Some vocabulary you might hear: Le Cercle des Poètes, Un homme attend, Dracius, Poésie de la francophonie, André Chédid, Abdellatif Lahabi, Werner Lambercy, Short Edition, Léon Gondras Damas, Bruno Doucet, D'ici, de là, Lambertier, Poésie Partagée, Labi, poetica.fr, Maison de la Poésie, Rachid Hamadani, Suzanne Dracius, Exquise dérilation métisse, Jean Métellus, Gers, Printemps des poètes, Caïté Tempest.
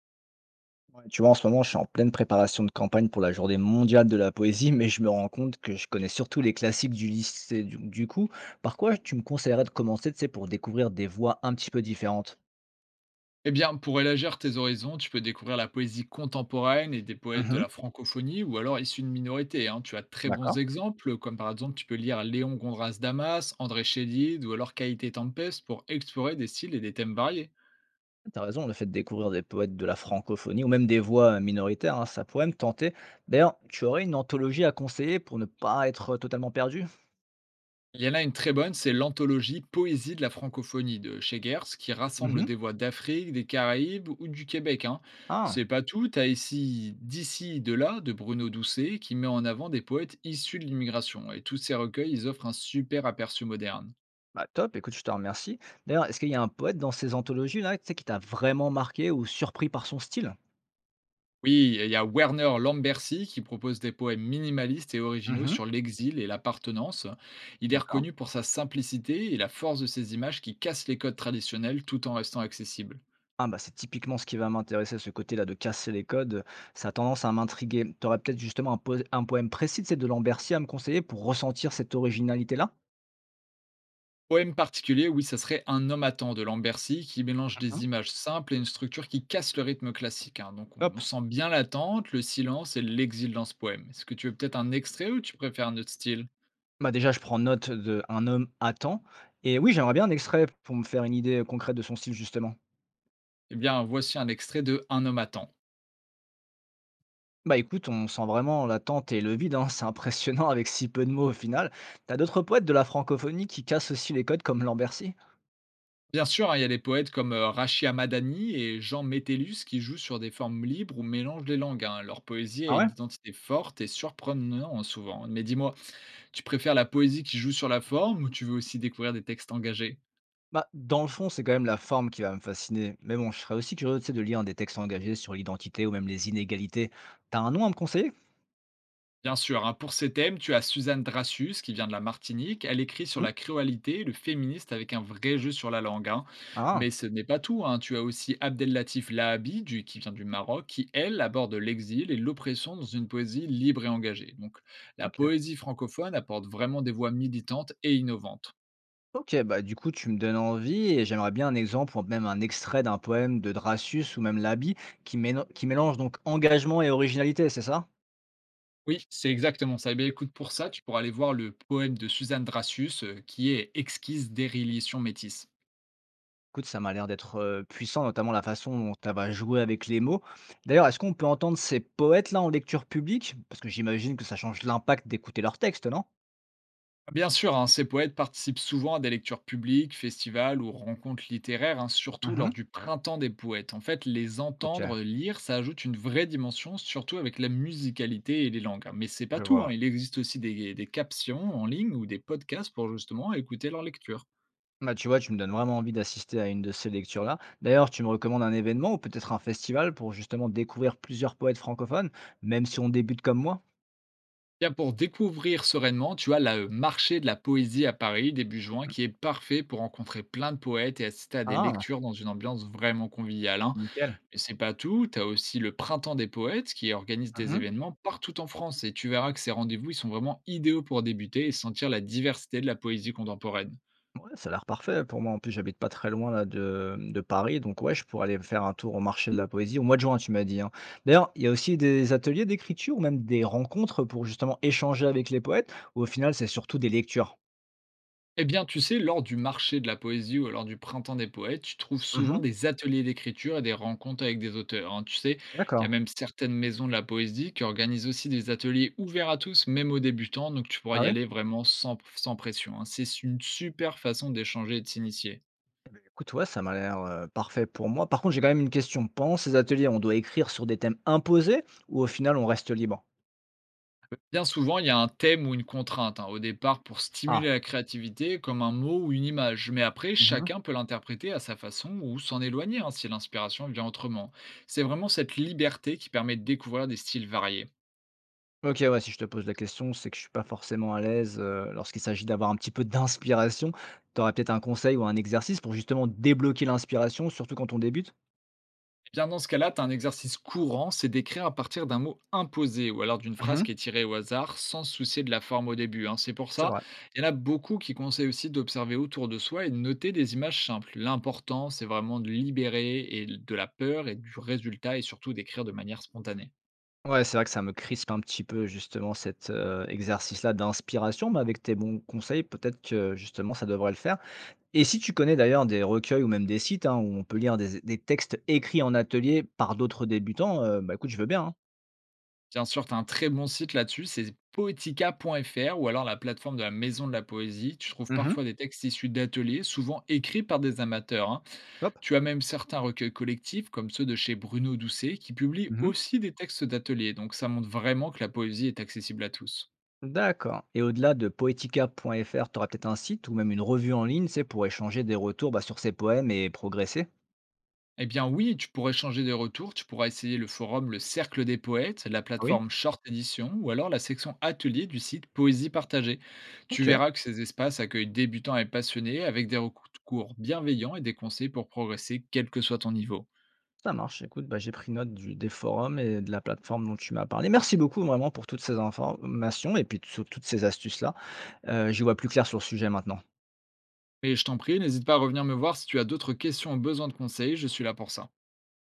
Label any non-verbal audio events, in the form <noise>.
Ouais, tu vois, en ce moment, je suis en pleine préparation de campagne pour la journée mondiale de la poésie, mais je me rends compte que je connais surtout les classiques du lycée. Du coup, par quoi tu me conseillerais de commencer, tu sais, pour découvrir des voix un petit peu différentes? Eh bien, pour élargir tes horizons, tu peux découvrir la poésie contemporaine et des poètes de Mhm, la francophonie ou alors issus de minorités, hein. Tu as de très bons d'accord. exemples, comme par exemple, tu peux lire Léon Gondras Damas, André Chédid ou alors Caïté Tempest pour explorer des styles et des thèmes variés. T'as raison, le fait de découvrir des poètes de la francophonie ou même des voix minoritaires, hein, ça pourrait me tenter. D'ailleurs, tu aurais une anthologie à conseiller pour ne pas être totalement perdu? Il y en a une très bonne, c'est l'anthologie Poésie de la francophonie de chez Gers, qui rassemble Mhm. des voix d'Afrique, des Caraïbes ou du Québec, hein. C'est Ah, pas tout, t'as ici D'ici, de là de Bruno Doucet, qui met en avant des poètes issus de l'immigration. Et tous ces recueils, ils offrent un super aperçu moderne. bah top, écoute, je te remercie. D'ailleurs, est-ce qu'il y a un poète dans ces anthologies-là, tu sais, qui t'a vraiment marqué ou surpris par son style? Oui, et il y a Werner Lambercy qui propose des poèmes minimalistes et originaux Mhm. sur l'exil et l'appartenance. Il est D'accord. reconnu pour sa simplicité et la force de ses images qui cassent les codes traditionnels tout en restant accessible. Ah bah, c'est typiquement ce qui va m'intéresser, ce côté-là de casser les codes, ça a tendance à m'intriguer. Tu aurais peut-être justement un poème précis, tu de Lambertier à me conseiller pour ressentir cette originalité-là? Poème particulier, oui, ça serait Un homme attend de Lambercy qui mélange Mhm. des images simples et une structure qui casse le rythme classique, hein. Donc on Hop. sent bien l'attente, le silence et l'exil dans ce poème. Est-ce que tu veux peut-être un extrait ou tu préfères un autre style? Bah déjà, je prends note de Un homme attend. Et oui, j'aimerais bien un extrait pour me faire une idée concrète de son style, justement. Eh bien, voici un extrait de Un homme attend. Bah écoute, on sent vraiment l'attente et le vide, hein, <laughs> c'est impressionnant avec si peu de mots au final. T'as d'autres poètes de la francophonie qui cassent aussi les codes comme Lambertier? Bien sûr, hein, il y a des poètes comme Rachid Hamadani et Jean Métellus qui jouent sur des formes libres ou mélangent les langues, hein. Leur poésie a Ah ouais. une identité forte et surprenante souvent. Mais dis-moi, tu préfères la poésie qui joue sur la forme ou tu veux aussi découvrir des textes engagés? Bah, dans le fond, c'est quand même la forme qui va me fasciner. Mais bon, je serais aussi curieux, tu sais, de lire des textes engagés sur l'identité ou même les inégalités. T'as un nom à me conseiller? Bien sûr, hein, pour ces thèmes, tu as Suzanne Dracius qui vient de la Martinique. Elle écrit sur Hmm. la créolité, le féministe avec un vrai jeu sur la langue, hein. Ah, Mais ce n'est pas tout, hein, tu as aussi Abdellatif Lahabi qui vient du Maroc, qui elle aborde l'exil et l'oppression dans une poésie libre et engagée. Donc la ok. poésie francophone apporte vraiment des voix militantes et innovantes. Ok, bah du coup, tu me donnes envie et j'aimerais bien un exemple ou même un extrait d'un poème de Dracius ou même Labi qui, qui mélange donc engagement et originalité, c'est ça? Oui, c'est exactement ça. Eh bien, écoute, pour ça, tu pourras aller voir le poème de Suzanne Dracius qui est Exquise dérilation métisse. Écoute, ça m'a l'air d'être puissant, notamment la façon dont ça va jouer avec les mots. D'ailleurs, est-ce qu'on peut entendre ces poètes-là en lecture publique? Parce que j'imagine que ça change l'impact d'écouter leurs textes, non? Bien sûr, hein, ces poètes participent souvent à des lectures publiques, festivals ou rencontres littéraires, hein, surtout lors Mhm. du printemps des poètes. En fait, les Ok, entendre lire, ça ajoute une vraie dimension, surtout avec la musicalité et les langues, hein. Mais c'est pas je tout, hein, vois. il existe aussi des captions en ligne ou des podcasts pour justement écouter leur lecture. Bah, tu vois, tu me donnes vraiment envie d'assister à une de ces lectures-là. D'ailleurs, tu me recommandes un événement ou peut-être un festival pour justement découvrir plusieurs poètes francophones, même si on débute comme moi? Bien, pour découvrir sereinement, tu as le marché de la poésie à Paris début juin qui est parfait pour rencontrer plein de poètes et assister à des Ah, lectures dans une ambiance vraiment conviviale, hein. nickel. Et c'est pas tout, tu as aussi le Printemps des poètes qui organise des Mmh. événements partout en France et tu verras que ces rendez-vous, ils sont vraiment idéaux pour débuter et sentir la diversité de la poésie contemporaine. Ouais, ça a l'air parfait pour moi. En plus, j'habite pas très loin là de Paris, donc ouais, je pourrais aller faire un tour au marché de la poésie au mois de juin, tu m'as dit, hein. D'ailleurs, il y a aussi des ateliers d'écriture ou même des rencontres pour justement échanger avec les poètes ou au final, c'est surtout des lectures? Eh bien, tu sais, lors du marché de la poésie ou lors du Printemps des poètes, tu trouves souvent Mmh. des ateliers d'écriture et des rencontres avec des auteurs, hein. Tu sais, il y a D'accord. même certaines maisons de la poésie qui organisent aussi des ateliers ouverts à tous, même aux débutants, donc tu pourras Ah y oui? aller vraiment sans pression, hein. C'est une super façon d'échanger et de s'initier. Écoute, ouais, ça m'a l'air, parfait pour moi. Par contre, j'ai quand même une question. Pendant ces ateliers, on doit écrire sur des thèmes imposés ou au final on reste libre? Bien souvent, il y a un thème ou une contrainte, hein, au départ pour Ah, stimuler la créativité, comme un mot ou une image. Mais après, mmh. chacun peut l'interpréter à sa façon ou s'en éloigner, hein, si l'inspiration vient autrement. C'est vraiment cette liberté qui permet de découvrir des styles variés. Ok, ouais, si je te pose la question, c'est que je suis pas forcément à l'aise, lorsqu'il s'agit d'avoir un petit peu d'inspiration. Tu aurais peut-être un conseil ou un exercice pour justement débloquer l'inspiration, surtout quand on débute? Bien dans ce cas-là, tu as un exercice courant, c'est d'écrire à partir d'un mot imposé ou alors d'une phrase qui Mmh. est tirée au hasard sans se soucier de la forme au début, hein. C'est pour C'est ça, vrai. il y en a beaucoup qui conseillent aussi d'observer autour de soi et de noter des images simples. L'important, c'est vraiment de libérer et de la peur et du résultat et surtout d'écrire de manière spontanée. Ouais, c'est vrai que ça me crispe un petit peu justement cet exercice-là d'inspiration, mais avec tes bons conseils, peut-être que justement ça devrait le faire. Et si tu connais d'ailleurs des recueils ou même des sites hein, où on peut lire des textes écrits en atelier par d'autres débutants, bah, écoute, je veux bien, hein. Bien sûr, tu as un très bon site là-dessus, c'est poetica.fr ou alors la plateforme de la Maison de la Poésie. Tu trouves parfois Mmh. des textes issus d'ateliers, souvent écrits par des amateurs, hein. Hop. Tu as même certains recueils collectifs, comme ceux de chez Bruno Doucet, qui publient Mmh. aussi des textes d'ateliers, donc ça montre vraiment que la poésie est accessible à tous. D'accord et au-delà de poetica.fr, tu auras peut-être un site ou même une revue en ligne, c'est pour échanger des retours, bah, sur ces poèmes et progresser? Eh bien oui, tu pourrais changer de retour, tu pourras essayer le forum Le Cercle des Poètes, la Ah oui, plateforme Short Edition ou alors la section Atelier du site Poésie Partagée. Tu ok. verras que ces espaces accueillent débutants et passionnés avec des recours bienveillants et des conseils pour progresser quel que soit ton niveau. Ça marche, écoute, bah, j'ai pris note du des forums et de la plateforme dont tu m'as parlé. Merci beaucoup vraiment pour toutes ces informations et puis sur toutes ces astuces-là. J'y vois plus clair sur le sujet maintenant. Et je t'en prie, n'hésite pas à revenir me voir si tu as d'autres questions ou besoin de conseils, je suis là pour ça.